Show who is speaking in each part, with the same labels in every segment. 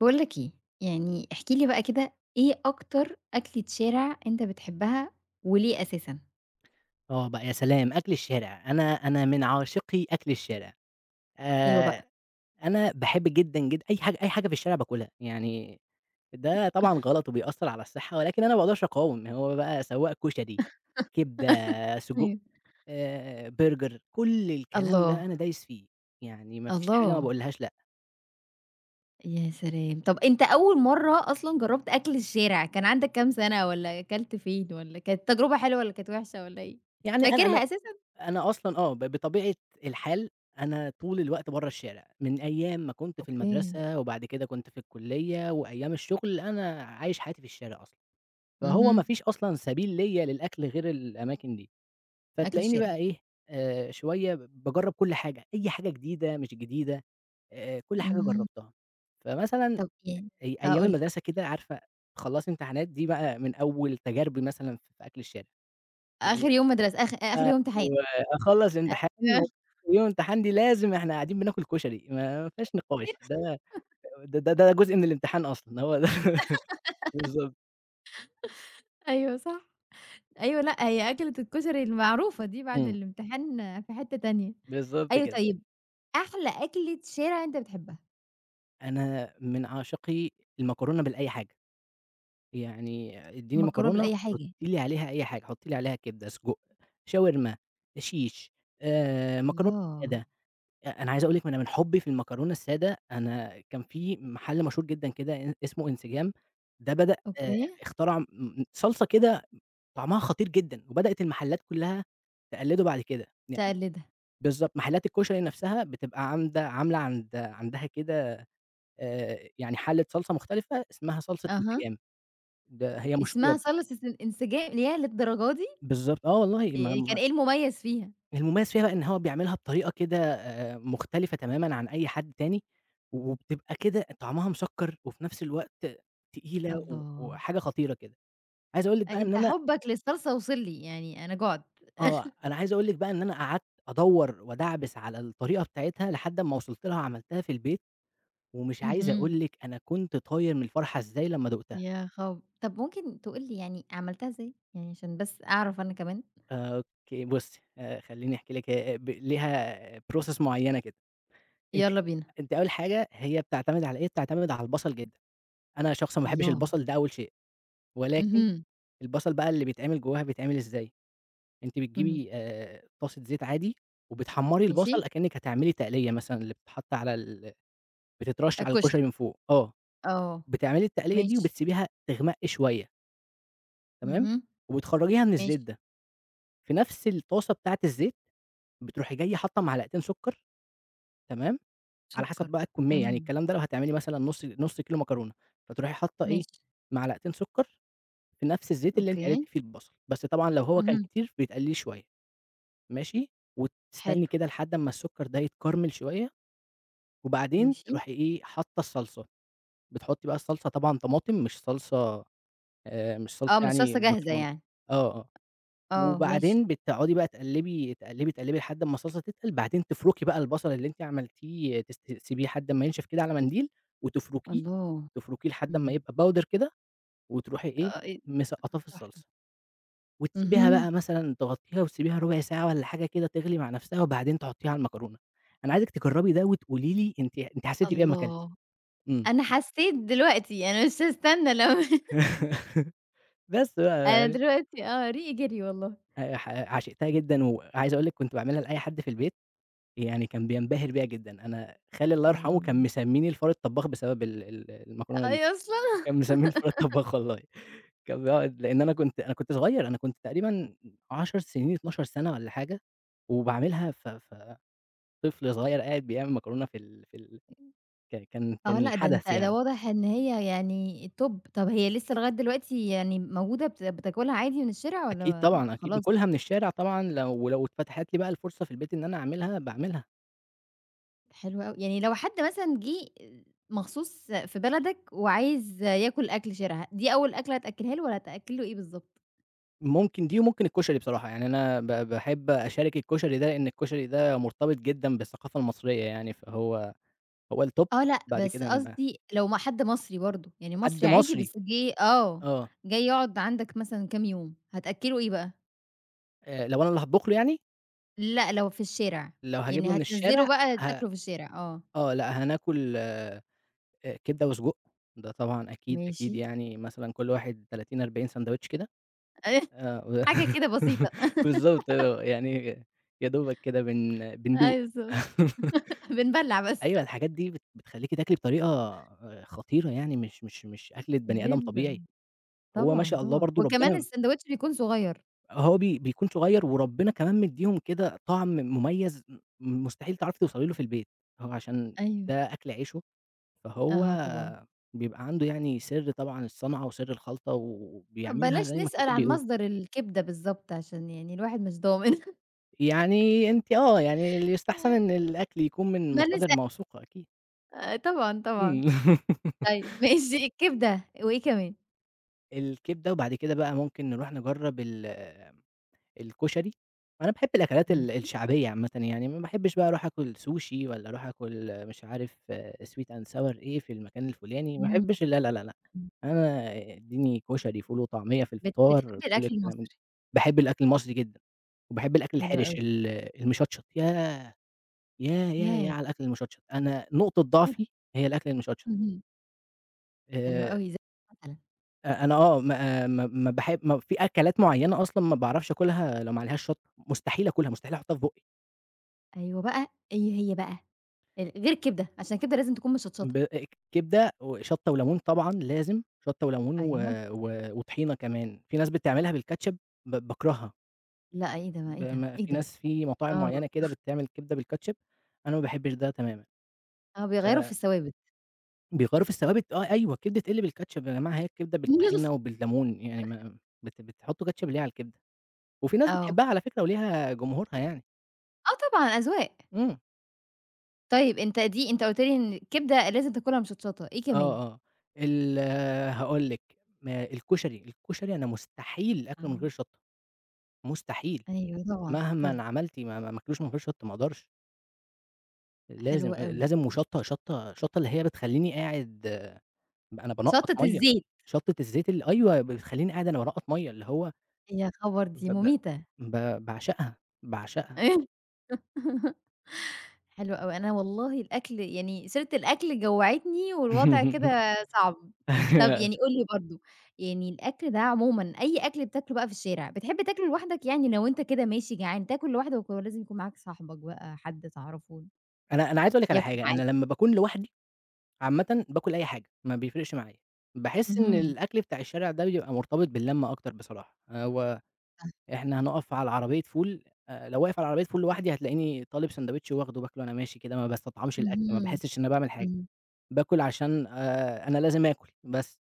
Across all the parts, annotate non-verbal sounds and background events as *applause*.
Speaker 1: باقول لك إيه، يعني احكِ لي بقى كده إيه أكتر أكلة شارع أنت بتحبها وليه أساسًا؟
Speaker 2: آه بقى يا سلام! أكل الشارع، أنا من عاشقي أكل الشارع،
Speaker 1: أيوه بقى.
Speaker 2: آآ أنا باحب جدًا، جدًا أي حاجة في الشارع باكلها، يعني ده طبعًا غلط وبيأثّر على الصحة، ولكن أنا ما باقدرش أقاوم، هو بقى سواء كشري، كبدة، سجق،
Speaker 1: أيوه.
Speaker 2: برجر، كل الكلام
Speaker 1: الله،
Speaker 2: ده أنا دايس فيه، يعني ما فيش حاجة ما
Speaker 1: الله،
Speaker 2: باقولهاش لأ،
Speaker 1: يا سلام! طَب أنت أول مرّة أصلًا جرّبت أكل الشارع كان عندك كام سَنة والّا أكلت فين والّا كانت تجربة حلوة والّا كانت وحشة والّا إيه؟
Speaker 2: يعني
Speaker 1: فاكرها أساسًا؟
Speaker 2: أنا أصلًا آه، بطبيعة الحال أنا طول الوقت برّه الشارع، من أيام ما كنت في
Speaker 1: أوكي،
Speaker 2: المدرسة وبعد كده كنت في الكلية وأيام الشغل، أنا عايش حياتي في الشارع أصلًا، فهو ما
Speaker 1: اهم،
Speaker 2: فيش أصلًا سبيل ليّا للأكل غير الأماكن دي،
Speaker 1: أكل
Speaker 2: فتلاقيني
Speaker 1: الشارع،
Speaker 2: بقى إيه، شوية باجرّب كل حاجة، أي حاجة جديدة مش جديدة، كل حاجة
Speaker 1: اهم،
Speaker 2: جرّبتها. فمثلًا
Speaker 1: طَب يعني آه
Speaker 2: أيام
Speaker 1: قُل لي،
Speaker 2: المدرسة كده عارفة خلّصي امتحانات دي بقى من أول تجاربي مثلًا في أكل الشارع. ال
Speaker 1: آخر يوم مدرسة آخر يوم امتحان.
Speaker 2: وأخلّص امتحان
Speaker 1: *laughs* آه.
Speaker 2: ويوم الامتحان دي لازم إحنا قاعدين بناكل كشري، ما فيهاش
Speaker 1: أيوه،
Speaker 2: نقاش، ده جزء من الامتحان أصلًا، هو ده. *laughs* بالضبط،
Speaker 1: أيوه صح. أيوه لأ، هي أكلة الكشري المعروفة دي بعد
Speaker 2: إمم،
Speaker 1: الامتحان في حتّة تانية.
Speaker 2: بالضبط
Speaker 1: أيوه
Speaker 2: كده.
Speaker 1: طيب، أحلى أكلة شارع أنت بتحبها؟
Speaker 2: أنا من عشاقي المكرونة بالأي حاجة، يعني ادّيني
Speaker 1: مكرونة
Speaker 2: مكرونة
Speaker 1: بالأي
Speaker 2: حُطّي
Speaker 1: حاجة.
Speaker 2: لي عليها أي حاجة، حُطّي لي عليها كبدة، سجق، شاورما، شيش، مكرونة.
Speaker 1: الله!
Speaker 2: أنا عايز أقول لِك أنا من حُبّي في المكرونة السادة، أنا كان في محل مشهور جدًا كده إن اسمه إنسجام، ده بدأ
Speaker 1: أوكي،
Speaker 2: اخترع م م صلصة كده طعمها خطير جدًا، وبدأت المحلات كلّها تقلّده بعد كده، يعني
Speaker 1: تقلّدها.
Speaker 2: بالضبط، محلات الكشري نفْسها بتبقى عامدة عاملة عندها كده يعني حَلّة صلصة مختلفة اسمها صلصة
Speaker 1: أها.
Speaker 2: إنسجام، هي مشهورة
Speaker 1: اسمها صلصة الإنسجام ياه! للدرجة دي!
Speaker 2: بالضبط، آه والله. ما
Speaker 1: كان
Speaker 2: ما
Speaker 1: إيه المميز فيها؟
Speaker 2: المميز فيها بقى إن هو بيعملها بطريقة كده مختلفة تمامًا عن أي حد تاني، وبتبقى كده طعمها مسكّر وفي نفس الوقت تقيلة
Speaker 1: الله!
Speaker 2: وحاجة خطيرة كده. عايز أقول لِك
Speaker 1: أ
Speaker 2: بقى إن
Speaker 1: أنت
Speaker 2: أنا
Speaker 1: حُبّك للصلصة وصل لي، يعني أنا جُعت.
Speaker 2: آه،
Speaker 1: *laughs*
Speaker 2: أنا عايز أقول لِك بقى إن أنا قعدت أدوّر وأدعبس على الطريقة بتاعتها لحد أمّا وصلت لها وعملتها في البيت، ومش عايز
Speaker 1: اهم.
Speaker 2: أقول لِك أنا كنت طاير من الفرحة إزاي لمّا دُقتها.
Speaker 1: يا خب طب ممكن تقول لي يعني عملتها إزاي؟ يعني عشان بس أعرف أنا كمان.
Speaker 2: آه، أوكي بُصّي، خلّيني أحكي لِك هي ليها process معيّنة كده. أنتِ
Speaker 1: يالّا بينا.
Speaker 2: أنتِ أول حاجة هي بتعتمد على إيه، بتعتمد على البصل جدًا. أنا شخص ما باحبش
Speaker 1: الله!
Speaker 2: البصل ده أول شيء، ولكن
Speaker 1: اهم،
Speaker 2: البصل بقى اللي بيتعمل جواها بيتعمل إزاي، أنتِ
Speaker 1: اهم.
Speaker 2: بتجيبي طاسة زيت عادي وبتحمّري
Speaker 1: ماشي.
Speaker 2: البصل أكنِّك هتعملي تقلية مثلًا اللي بتتحط على بتترش على
Speaker 1: الكشري،
Speaker 2: الكشري من فوق، آه،
Speaker 1: آه،
Speaker 2: بتعملي التقلية دي
Speaker 1: ماشي،
Speaker 2: وبتسيبيها تغمق شوية تمام،
Speaker 1: اهم،
Speaker 2: وبتخرّجيها من الزيت
Speaker 1: ماشي،
Speaker 2: ده، في نفس الطاسة بتاعة الزيت بتروحي جاية حاطة معلقتين سكر تمام، على حسب
Speaker 1: سُكّر،
Speaker 2: بقى الكمية يعني
Speaker 1: إمم،
Speaker 2: الكلام ده لو هتعملي مثلًا نُص كيلو مكرونة، فتروحي حاطة إيه
Speaker 1: ماشي،
Speaker 2: معلقتين سكر في نفس الزيت اللي أنتِ قليتِ
Speaker 1: أوكي،
Speaker 2: فيه البصل، بس طبعًا لو هو كان
Speaker 1: اهم،
Speaker 2: كتير بتقلّليه شوية ماشي، وتستني
Speaker 1: حلو،
Speaker 2: كده لحد أمّا السكر ده يتكرمل شوية، وبعدين
Speaker 1: ماشي،
Speaker 2: تروحي إيه حاطة الصلصة، بتحطي بقى الصلصة طبعًا طماطم مش صلصة، مش صلصة
Speaker 1: آه، من
Speaker 2: يعني
Speaker 1: الصلصة جاهزة
Speaker 2: برطمانة،
Speaker 1: يعني،
Speaker 2: آه، آه،
Speaker 1: آه، ماشي،
Speaker 2: وبعدين بتقعدي بقى تقلّبي، تقلّبي، تقلّبي لحد أمّا الصلصة تتقل، بعدين تفرُكي بقى البصل اللي أنتِ عملتيه تسيبيه لحد أمّا ينشف كده على منديل، وتفرُكيه،
Speaker 1: الله!
Speaker 2: تفرُكيه لحد أمّا
Speaker 1: إمم،
Speaker 2: يبقى powder كده، وتروحي إيه
Speaker 1: آه، إيه
Speaker 2: مسقّطاه في
Speaker 1: تحفة،
Speaker 2: الصلصة. وتسيبيها
Speaker 1: اهم،
Speaker 2: بقى مثلًا تغطّيها وتسيبيها ربع ساعة والّا حاجة كده تغلي مع نفسها، وبعدين تحطّيها على المكرونة. أنا عايزِك تجرّبي ده وتقولي لي أنتِ حسيتِ بإيه أمّا كلتِ.
Speaker 1: الله!
Speaker 2: إمم.
Speaker 1: أنا حسيت دلوقتي، أنا مش هاستنى لو *laughs*
Speaker 2: *laughs* بس بقى
Speaker 1: أنا
Speaker 2: يعني
Speaker 1: دلوقتي آه، ريقي جري والله،
Speaker 2: ح عشقتها جدًا، وعايز أقول لِك كنت باعملها لأي حد في البيت، يعني كان بينبهر بيها جدًا. أنا خالي الله يرحمه كان
Speaker 1: الله!
Speaker 2: مسمّيني الفار الطبّاخ بسبب ال ال المكرونة دي،
Speaker 1: أي أصلًا
Speaker 2: كان مسمّيني الفار الطبّاخ والله. كان بيقعد لإن أنا كنت صغير، أنا كنت تقريبًا 10 سنين، 12 سَنة والّا حاجة، وباعملها ف ف طفل صغير قاعد بيعمل مكرونة في ال في ال ك كان
Speaker 1: آه
Speaker 2: كان
Speaker 1: لأ، ده أنت
Speaker 2: حدث
Speaker 1: ده
Speaker 2: يعني،
Speaker 1: واضح إن هي يعني top طب هي لسه لغاية دلوقتي يعني موجودة بتاكلها عادي من الشارع
Speaker 2: أكيد
Speaker 1: والّا
Speaker 2: طبعًا، أكيد
Speaker 1: خلاص؟
Speaker 2: باكلها من الشارع طبعًا ولو اتفتحت لي بقى الفرصة في البيت إن أنا أعملها باعملها،
Speaker 1: حلو أوي، يعني لو حد مثلًا جِه مخصوص في بلدك وعايز ياكل أكل شارع، دي أول أكلة هتأكلها له والّا هتأكل له إيه بالضبط؟
Speaker 2: ممكن دي وممكن الكشري بصراحة، يعني أنا باحب أشارك الكشري ده لإن الكشري ده مرتبط جدًا بالثقافة المصرية يعني، فهو هو الtop
Speaker 1: آه لأ،
Speaker 2: بعد
Speaker 1: بس
Speaker 2: كده هنبقى
Speaker 1: قصدي لو ما حد مصري برضه، يعني مصري
Speaker 2: حد
Speaker 1: عادي
Speaker 2: مصري
Speaker 1: بس جِه آه،
Speaker 2: آه،
Speaker 1: جاي يقعد عندك مثلًا كام يوم، هتأكله إيه بقى؟
Speaker 2: لو أنا اللي هاطبخ له يعني،
Speaker 1: لأ، لو في الشارع،
Speaker 2: لو هاجيب له
Speaker 1: يعني
Speaker 2: من
Speaker 1: هتنزّله
Speaker 2: الشارع
Speaker 1: بقى
Speaker 2: ه
Speaker 1: تاكله في الشارع، آه،
Speaker 2: آه، لأ هناكل كبدة وسجق، ده طبعًا أكيد،
Speaker 1: ماشي.
Speaker 2: أكيد يعني مثلًا كل واحد 30، 40 ساندوتش كده.
Speaker 1: *laughs*
Speaker 2: آه، و
Speaker 1: حاجة كده
Speaker 2: *laughs*
Speaker 1: بسيطة. *laughs*
Speaker 2: بالضبط آه، يعني يا دوبك كده
Speaker 1: أيوه
Speaker 2: بندوق.
Speaker 1: بالضبط،
Speaker 2: *laughs*
Speaker 1: بنبلّع بس.
Speaker 2: أيوه، الحاجات دي بتخلّيكِ تاكلي بطريقة خطيرة يعني مش أكلة بني آدم
Speaker 1: جدًا،
Speaker 2: طبيعي، هو ما
Speaker 1: طبعًا،
Speaker 2: شاء الله
Speaker 1: طبعًا.
Speaker 2: برضه
Speaker 1: وكمان
Speaker 2: ربنا
Speaker 1: الساندوتش بيكون صغير.
Speaker 2: هو بي بيكون صغير وربنا كمان مدّيهم كده طعم مميز مستحيل تعرفي توصلي له في البيت، هو عشان
Speaker 1: أيوه،
Speaker 2: ده أكل عيشه، فهو
Speaker 1: آه طبعًا.
Speaker 2: بيبقى عنده يعني سر طبعًا الصنعة وسر الخلطة وبيعملها
Speaker 1: بلاش
Speaker 2: زي ما
Speaker 1: نسأل
Speaker 2: الكتاب
Speaker 1: عن
Speaker 2: بيقول.
Speaker 1: مصدر الكبدة بالضبط عشان يعني الواحد مش ضامن.
Speaker 2: يعني أنتِ آه، يعني اللي يستحسن إن
Speaker 1: *laughs*
Speaker 2: الأكل يكون من
Speaker 1: ما
Speaker 2: مصادر
Speaker 1: نسأل
Speaker 2: موثوقة أكيد.
Speaker 1: طبعًا، طبعًا.
Speaker 2: إمم. *laughs*
Speaker 1: طيب ماشي الكبدة وإيه كمان؟
Speaker 2: الكبدة وبعد كده بقى ممكن نروح نجرّب الكشري، أنا باحب الأكلات
Speaker 1: ماشي،
Speaker 2: الشعبية عامةً يعني، ما باحبش بقى أروح آكل سوشي والّا أروح آكل مش عارف sweet and sour إيه في المكان الفلاني، ما
Speaker 1: إمم،
Speaker 2: باحبش لا، لا، لا، لأ،
Speaker 1: إمم.
Speaker 2: أنا ادّيني كشري، فول وطعمية في
Speaker 1: بت
Speaker 2: الفطار،
Speaker 1: بتحبي
Speaker 2: كل
Speaker 1: الأكل
Speaker 2: الكلام ده.
Speaker 1: المصري.
Speaker 2: باحب الأكل المصري جدًا، وباحب الأكل
Speaker 1: حلو
Speaker 2: الحرِش
Speaker 1: أوي،
Speaker 2: المشطشط، ياه! ياه! ياه! ياه
Speaker 1: ياه!
Speaker 2: على الأكل المشطشط، أنا نقطة
Speaker 1: آه.
Speaker 2: ضعفي هي الأكل المشطشط،
Speaker 1: اهم. حلو
Speaker 2: آآ
Speaker 1: أوي، زي إيه مثلًا؟
Speaker 2: أنا آه ما في أكلات معيّنة أصلًا ما باعرفش آكلها لو ما عليهاش شطة، مستحيل آكلها، مستحيل أحطها في بُقّي،
Speaker 1: أيوه بقى، إيه هي بقى؟ ال غير الكبدة، عشان الكبدة لازم تكون مشطشطة.
Speaker 2: ب كبدة وشطة وليمون طبعًا لازم، شطة وليمون و
Speaker 1: أيوه.
Speaker 2: و وطحينة كمان، في ناس بتعملها بالكاتشب باكرهها،
Speaker 1: لأ، إيه ده! ما
Speaker 2: ب
Speaker 1: إيه ده!
Speaker 2: ما
Speaker 1: إيه
Speaker 2: في
Speaker 1: ده!
Speaker 2: ناس في مطاعم
Speaker 1: آه.
Speaker 2: معيّنة كده بتعمل كبدة بالكاتشب، أنا ما باحبش ده تمامًا،
Speaker 1: آه،
Speaker 2: ف
Speaker 1: بيغيّروا في الثوابت.
Speaker 2: بيغيّروا في الثوابت آه أيوه، الكبدة تقِل بالكاتشب يا جماعة، هي الكبدة بالطحينة
Speaker 1: *laughs*
Speaker 2: وبالليمون يعني ما بتحطّوا كاتشب ليه على الكبدة؟ وفي ناس
Speaker 1: آه.
Speaker 2: بتحبها على فكرة وليها جمهورها يعني،
Speaker 1: آه طبعًا أذواق.
Speaker 2: إمم،
Speaker 1: طيب أنت دي أنت قُلت لي إن الكبدة لازم تاكلها مشطشطة، إيه كمان؟
Speaker 2: آه، آه، ال هاقول لِك. ما الكشري، الكشري أنا مستحيل آكله من غير
Speaker 1: آه.
Speaker 2: شطة، مستحيل،
Speaker 1: أيوه طبعًا، طبعًا.
Speaker 2: مهمًا عملتِ ما ما ما آكلوش من غير شطة ما أقدرش، لازم
Speaker 1: حلو أوي.
Speaker 2: لازم وشطة شطة شطة اللي هي بتخلّيني قاعد آه، أنا بانقّط
Speaker 1: شطّة
Speaker 2: مَيّة،
Speaker 1: الزيت،
Speaker 2: شطة الزيت ال أيوه بتخلّيني قاعد أنا بانقّط مَيّة، اللي هو
Speaker 1: يا خبر!
Speaker 2: ب
Speaker 1: دي
Speaker 2: ب
Speaker 1: مميتة.
Speaker 2: ب باعشقها، باعشقها.
Speaker 1: *laughs* حلو أوي، أنا والله الأكل يعني سيرة الأكل جوّعتني والوضع كده صعب. طب
Speaker 2: *laughs*
Speaker 1: يعني قُل لي برضه، يعني الأكل ده عمومًا أي أكل بتاكله بقى في الشارع، بتحب تاكله لوحدك يعني لو أنت كده ماشي جعان تاكل لوحدك والّا لازم يكون معاك صاحبك بقى حد تعرفه
Speaker 2: أنا أنا عايز أقول لِك على
Speaker 1: ياكل
Speaker 2: حاجة،
Speaker 1: معاك؟
Speaker 2: أنا لمّا باكون لوحدي عامةً باكل أي حاجة، ما بيفرقش معايا. باحس إن
Speaker 1: اهم،
Speaker 2: الأكل بتاع الشارع ده بيبقى مرتبط باللمة أكتر بصراحة.
Speaker 1: صح،
Speaker 2: إحنا هنقف على عربية فول، لو واقف على عربية فول لوحدي هتلاقيني طالب ساندوتش واخده باكله وأنا ماشي كده، ما باستطعمش الأكل، ما
Speaker 1: اهم،
Speaker 2: باحسش إن أنا باعمل حاجة.
Speaker 1: اهم،
Speaker 2: باكل عشان أنا لازم آكل بس،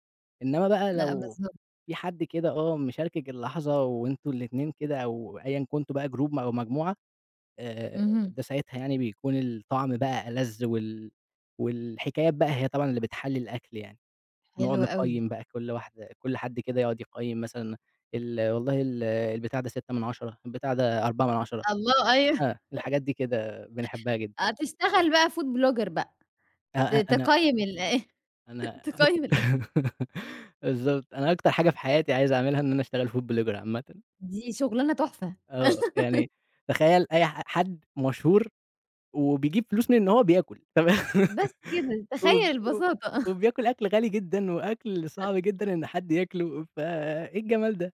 Speaker 2: إنّما بقى
Speaker 1: لأ
Speaker 2: لو
Speaker 1: بالضبط،
Speaker 2: في حد كده آه، مشاركِك اللحظة وأنتم الاتنين كده أو أيًا كنتم بقى group أو مجموعة، آآ
Speaker 1: اهم،
Speaker 2: ده ساعتها يعني بيكون الطعم بقى ألَذ والحكايات بقى هي طبعًا اللي بتحلّي الأكل يعني، ونقعد
Speaker 1: حلو أوي.
Speaker 2: نقيّم بقى كل حد كده يقعد يقيّم مثلًا ال والله ال البتاع ده 6 من 10 البتاع ده 4 من
Speaker 1: الله أيوه،
Speaker 2: 10 آه، الحاجات دي كده بنحبها جدًا.
Speaker 1: آه تشتغل بقى food blogger بقى،
Speaker 2: أ
Speaker 1: ت
Speaker 2: أ أنا
Speaker 1: تقيّم *laughs*
Speaker 2: أنا أك
Speaker 1: تقيّم الأكل،
Speaker 2: *laughs* بالضبط. أنا أكتر حاجة في حياتي عايز أعملها إن أنا أشتغل food blogger عامةً.
Speaker 1: دي شغلانة تحفة،
Speaker 2: آه. يعني تخيّل أي ح حد مشهور وبيجيب فلوس من إن هو بياكل، *laughs* تمام
Speaker 1: بس كده تخيّل
Speaker 2: وب و
Speaker 1: البساطة.
Speaker 2: وبياكل أكل غالي جدًا وأكل صعب جدًا إن حد ياكله، فإيه الجمال ده؟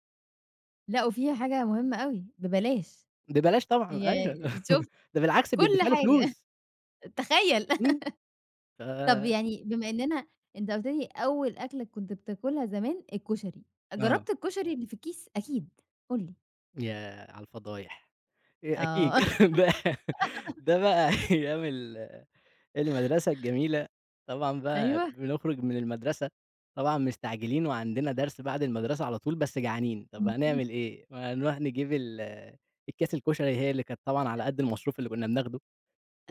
Speaker 1: لأ، وفيها حاجة مهمة أوي، ببلاش
Speaker 2: ببلاش طبعًا أيوه.
Speaker 1: يعني شوف
Speaker 2: *laughs* ده بالعكس
Speaker 1: كل
Speaker 2: بيتدفع له
Speaker 1: حاجة
Speaker 2: فلوس.
Speaker 1: تخيّل
Speaker 2: إمم.
Speaker 1: *laughs*
Speaker 2: ف
Speaker 1: طب يعني بما إننا أنت قُلت لي أول أكلة كنت بتاكلها زمان الكشري،
Speaker 2: آه.
Speaker 1: جرّبت الكشري اللي في الكيس أكيد، قُل لي؟
Speaker 2: ياه على الفضايح! أكيد.
Speaker 1: آه *laughs*
Speaker 2: *laughs* ده ده بقى أيام المدرسة الجميلة، طبعًا بقى
Speaker 1: أيوه، *laughs*
Speaker 2: بنخرج من المدرسة طبعًا مستعجلين وعندنا درس بعد المدرسة على طول بس جعانين، طب
Speaker 1: إمم،
Speaker 2: هنعمل إيه؟ ما نروح نجيب الأكياس الكشري هي اللي كانت طبعًا على قد المصروف اللي كنا بناخده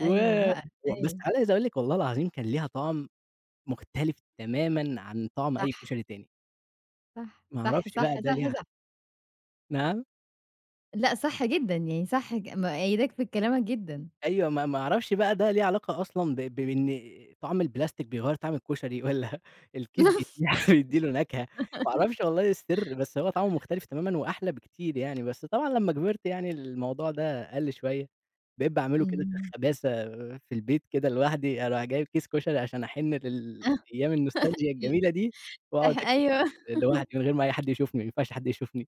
Speaker 2: و
Speaker 1: بقى،
Speaker 2: بس
Speaker 1: أيوه
Speaker 2: عايز أقول لِك والله العظيم كان ليها طعم مختلف تمامًا عن طعم أي
Speaker 1: صح،
Speaker 2: كشري تاني،
Speaker 1: صح،
Speaker 2: ما
Speaker 1: صح،
Speaker 2: أعرفش بقى
Speaker 1: صح،
Speaker 2: ده
Speaker 1: صح،
Speaker 2: ليها.
Speaker 1: صح،
Speaker 2: نعم؟
Speaker 1: لأ صح جدًا يعني صح مؤيّداك في كلامك جدًا
Speaker 2: أيوه، ما ما أعرفش بقى ده ليه علاقة أصلًا بإن طعم البلاستيك بيغيّر طعم الكشري *laughs* والّا الكيس
Speaker 1: *laughs*
Speaker 2: بيتنحت بيدّي له *laughs* نكهة، ما أعرفش والله إيه السر، بس هو طعمه مختلف تمامًا وأحلى بكتير يعني، بس طبعًا لمّا كبرت يعني الموضوع ده قَل شوية، بقيت باعمله كده في
Speaker 1: إمم،
Speaker 2: الخباثة في البيت كده لوحدي، أروح جايب كيس كشري عشان أحِن
Speaker 1: آه،
Speaker 2: للأيام النوستالجيا
Speaker 1: ل
Speaker 2: الجميلة دي وأقعد
Speaker 1: صح
Speaker 2: آكل
Speaker 1: أيوه.
Speaker 2: كده لوحدي من غير ما أي حد يشوفني، ما ينفعش حد يشوفني.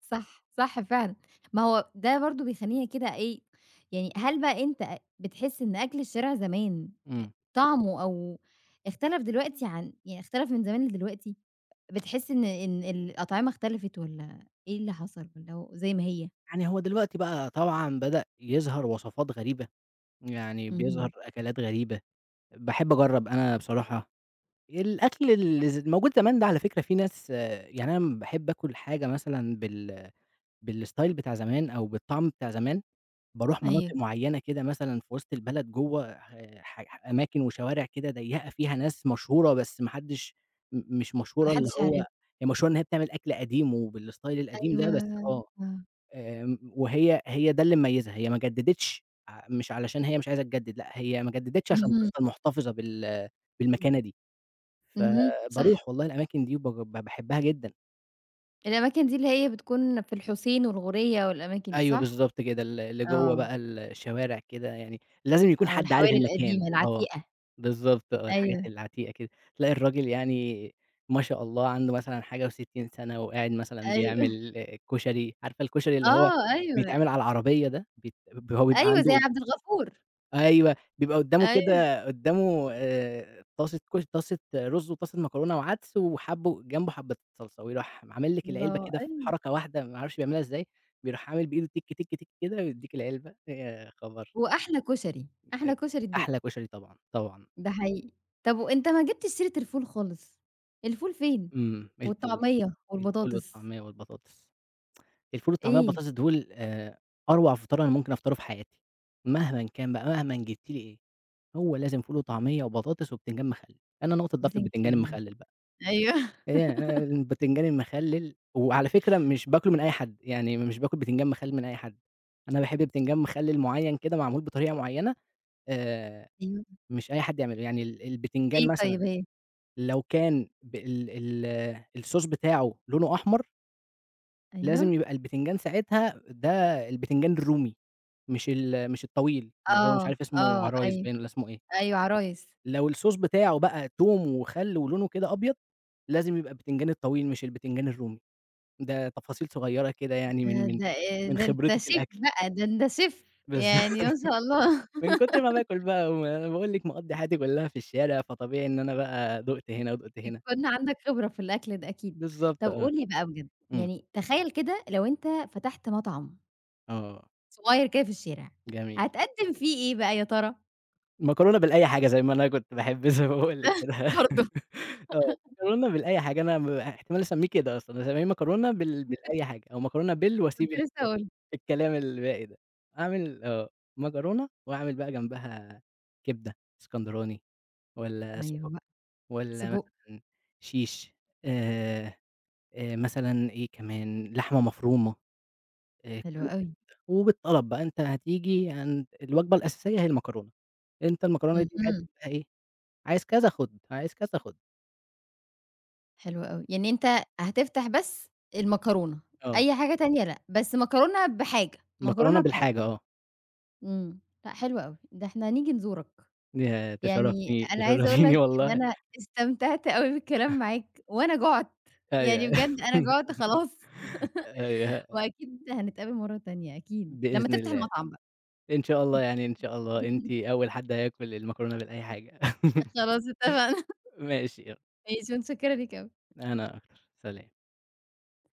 Speaker 1: صح، صح فعلًا. ما هو ده برضه بيخلّينا كده إيه، يعني هل بقى أنت بتحس إن أكل الشارع زمان
Speaker 2: إمم.
Speaker 1: طعمه أو اختلف دلوقتي عن يعني اختلف من زمان لدلوقتي؟ بتحس إن الأطعمة اختلفت والّا إيه اللي حصل والّا هو زي ما هي؟
Speaker 2: يعني هو دلوقتي بقى طبعًا بدأ يظهر وصفات غريبة. يعني بيظهر
Speaker 1: اهم.
Speaker 2: أكلات غريبة، باحب أجرّب أنا بصراحة، الأكل اللي موجود زمان ده على فكرة في ناس آه، يعني أنا أمّا باحب آكل حاجة مثلًا بالstyle بتاع زمان أو بالطعم بتاع زمان، باروح
Speaker 1: أيوه.
Speaker 2: مناطق معيّنة كده مثلًا في وسط البلد جوّه ح أماكن وشوارع كده ضيّقة فيها ناس مشهورة بس ما حدّش مش
Speaker 1: ما
Speaker 2: مشهورة اللي
Speaker 1: حدش عارف
Speaker 2: هو هي مشهورة إن هي بتعمل أكل قديم وبالstyle القديم
Speaker 1: أيوه،
Speaker 2: ده بس، آه.
Speaker 1: آه.
Speaker 2: آمم، هي ده اللي مميزها، هي ما جددتش مش علشان هي مش عايزة تجدد، لأ هي ما جددتش عشان
Speaker 1: اهم.
Speaker 2: تفضل محتفظة
Speaker 1: إمم.
Speaker 2: بالمكانة دي،
Speaker 1: اهم، صح.
Speaker 2: فباروح والله الأماكن دي وب ب باحبها جدًا.
Speaker 1: الأماكن دي اللي هي بتكون في الحسين والغورية والأماكن دي،
Speaker 2: أيوه
Speaker 1: صح؟
Speaker 2: بالضبط كده، اللي جوّه
Speaker 1: آه.
Speaker 2: بقى الشوارع كده يعني، لازم يكون
Speaker 1: آه،
Speaker 2: حد عارف
Speaker 1: الحواري
Speaker 2: المكان،
Speaker 1: القديمة
Speaker 2: آه،
Speaker 1: العتيقة.
Speaker 2: بالضبط آه، الحاجات
Speaker 1: أيوه،
Speaker 2: العتيقة كده، تلاقي الراجل يعني ما شاء الله عنده مثلًا حاجة و60 سنة وقاعد مثلًا
Speaker 1: أيوه.
Speaker 2: بيعمل آه، كشري، عارفة الكشري اللي هو
Speaker 1: آه، أيوه،
Speaker 2: بيتعمل على العربية ده، هو بيبقى
Speaker 1: أيوه زي
Speaker 2: عنده
Speaker 1: عبد الغفور،
Speaker 2: أيوه، بيبقى قدّامه
Speaker 1: أيوه
Speaker 2: كده قدّامه طاسة رُز وطاسة مكرونة وعدس وحبّه جنبه حبّة صلصة، ويروح عامل لِك العلبة
Speaker 1: الله!
Speaker 2: كده في
Speaker 1: أيوه،
Speaker 2: حركة واحدة ما أعرفش بيعملها إزاي، بيروح عامل بإيده تِك، تِك، تِك كده ويدّيك العلبة، يا خبر!
Speaker 1: وأحلى كشري، أحلى
Speaker 2: أك
Speaker 1: كشري تدوقه،
Speaker 2: أحلى كشري طبعًا، طبعًا،
Speaker 1: ده حقيقي. طب وأنت ما جبتش سيرة الفول خالص، الفول فين؟
Speaker 2: إمم، الفول،
Speaker 1: والطعمية
Speaker 2: الفول
Speaker 1: والبطاطس،
Speaker 2: والطعمية والبطاطس. الفول والطعمية
Speaker 1: إيه؟
Speaker 2: والبطاطس دول أروع فطار أنا ممكن أفطره في حياتي، مهمًا كان بقى، مهمًا جِبت لي إيه، هو لازم فول وطعمية وبطاطس وبتنجان مخلل، أنا نقطة ضعفي
Speaker 1: بتنج
Speaker 2: البتنجان
Speaker 1: إيه؟
Speaker 2: المخلل بقى.
Speaker 1: أيوه،
Speaker 2: هي البتنجان المخلِّل وعلى فكرة مش باكله من أي حد، يعني مش باكل بتنجان مخلِّل من أي حد، أنا باحب بتنجان مخلِّل معيّن كده معمول بطريقة معيّنة آآ
Speaker 1: أيوه،
Speaker 2: مش أي حد يعمله، يعني البتنجان
Speaker 1: إيه طيب
Speaker 2: مثلًا
Speaker 1: هي؟
Speaker 2: لو كان ب ال ال الSauce بتاعه لونه أحمر،
Speaker 1: أيوه،
Speaker 2: لازم يبقى البتنجان ساعتها ده البتنجان الرومي، مش الطويل اللي هو مش
Speaker 1: آه،
Speaker 2: عارف اسمه
Speaker 1: آه،
Speaker 2: عرايس
Speaker 1: أيوه،
Speaker 2: باين والّا اسمه إيه،
Speaker 1: أيوه عرايس،
Speaker 2: لو الSauce بتاعه بقى توم وخَلّ ولونه كده أبيض، لازم يبقى البتنجان الطويل مش البتنجان الرومي. ده تفاصيل صغيرة كده يعني
Speaker 1: ده ده
Speaker 2: من
Speaker 1: ده أنت
Speaker 2: خبرتي في
Speaker 1: شيف
Speaker 2: الأكل،
Speaker 1: بقى، ده أنت شيف،
Speaker 2: بالض
Speaker 1: يعني ما
Speaker 2: *laughs*
Speaker 1: شاء الله.
Speaker 2: من كتر ما باكل بقى وما باقول لِك مقضّي حياتي كلّها في الشارع، فطبيعي إن أنا بقى دُقت هنا ودُقت هنا.
Speaker 1: يكون عندك خبرة في الأكل ده أكيد.
Speaker 2: بالضبط
Speaker 1: طب
Speaker 2: آه،
Speaker 1: قُل لي بقى بجد،
Speaker 2: إمم،
Speaker 1: يعني تخيّل كده لو أنت فتحت مطعم
Speaker 2: آه،
Speaker 1: صغير كده في الشارع،
Speaker 2: جميل.
Speaker 1: هتقدّم فيه إيه بقى يا ترى؟
Speaker 2: المكرونة بالأي حاجة زي ما أنا كنت باحب زي ما باقول لِك كده. *laughs*
Speaker 1: برضه *laughs*
Speaker 2: آه، مكرونة بالأي حاجة أنا احتمال أسميه كده أصلًا، أسميه مكرونة
Speaker 1: ممكن
Speaker 2: بالأي حاجة أو مكرونة وأسيب
Speaker 1: كنت لسه هاقول لك.
Speaker 2: الكلام الباقي ده. أعمل آه، مكرونة وأعمل بقى جنبها كبدة إسكندراني. والّا
Speaker 1: أيوه
Speaker 2: سجق،
Speaker 1: بقى،
Speaker 2: والّا
Speaker 1: سجق،
Speaker 2: مثلًا شيش، آآ، مثلًا إيه كمان، لحمة مفرومة،
Speaker 1: حلو
Speaker 2: كل
Speaker 1: أوي.
Speaker 2: وبالطلب بقى أنت هتيجي عند الوجبة الأساسية هي المكرونة، أنت المكرونة دي عايز
Speaker 1: اهم،
Speaker 2: بقى إيه، عايز كذا خُد، عايز كذا خُد،
Speaker 1: حلو أوي. يعني أنت هتفتح بس المكرونة،
Speaker 2: آه،
Speaker 1: أي حاجة تانية لأ، بس مكرونة بحاجة، مكرونة
Speaker 2: المكرونة
Speaker 1: بحاجة.
Speaker 2: بالحاجة آه،
Speaker 1: إمم، لأ حلو أوي، ده إحنا نيجي نزورك.
Speaker 2: ياه
Speaker 1: يعني
Speaker 2: تشرفني
Speaker 1: أنا عايزة أقول
Speaker 2: تشرفيني
Speaker 1: لك إن
Speaker 2: والله،
Speaker 1: أنا استمتعت أوي بالكلام معاك، وأنا جُعت، يعني
Speaker 2: أيوه،
Speaker 1: بجد أنا جُعت
Speaker 2: *laughs*
Speaker 1: خلاص،
Speaker 2: أيوه،
Speaker 1: وأكيد هنتقابل مرّة تانية أكيد، لمّا
Speaker 2: بإذن
Speaker 1: تفتح
Speaker 2: الله،
Speaker 1: المطعم بقى
Speaker 2: إن شاء الله يعني إن شاء الله أنتِ
Speaker 1: *laughs*
Speaker 2: أول حد هياكل المكرونة بالأي حاجة، *laughs*
Speaker 1: خلاص اتفقنا،
Speaker 2: ماشي يالّا،
Speaker 1: ماشي متشكرة ليك أوي.
Speaker 2: أنا أكتر، سلام.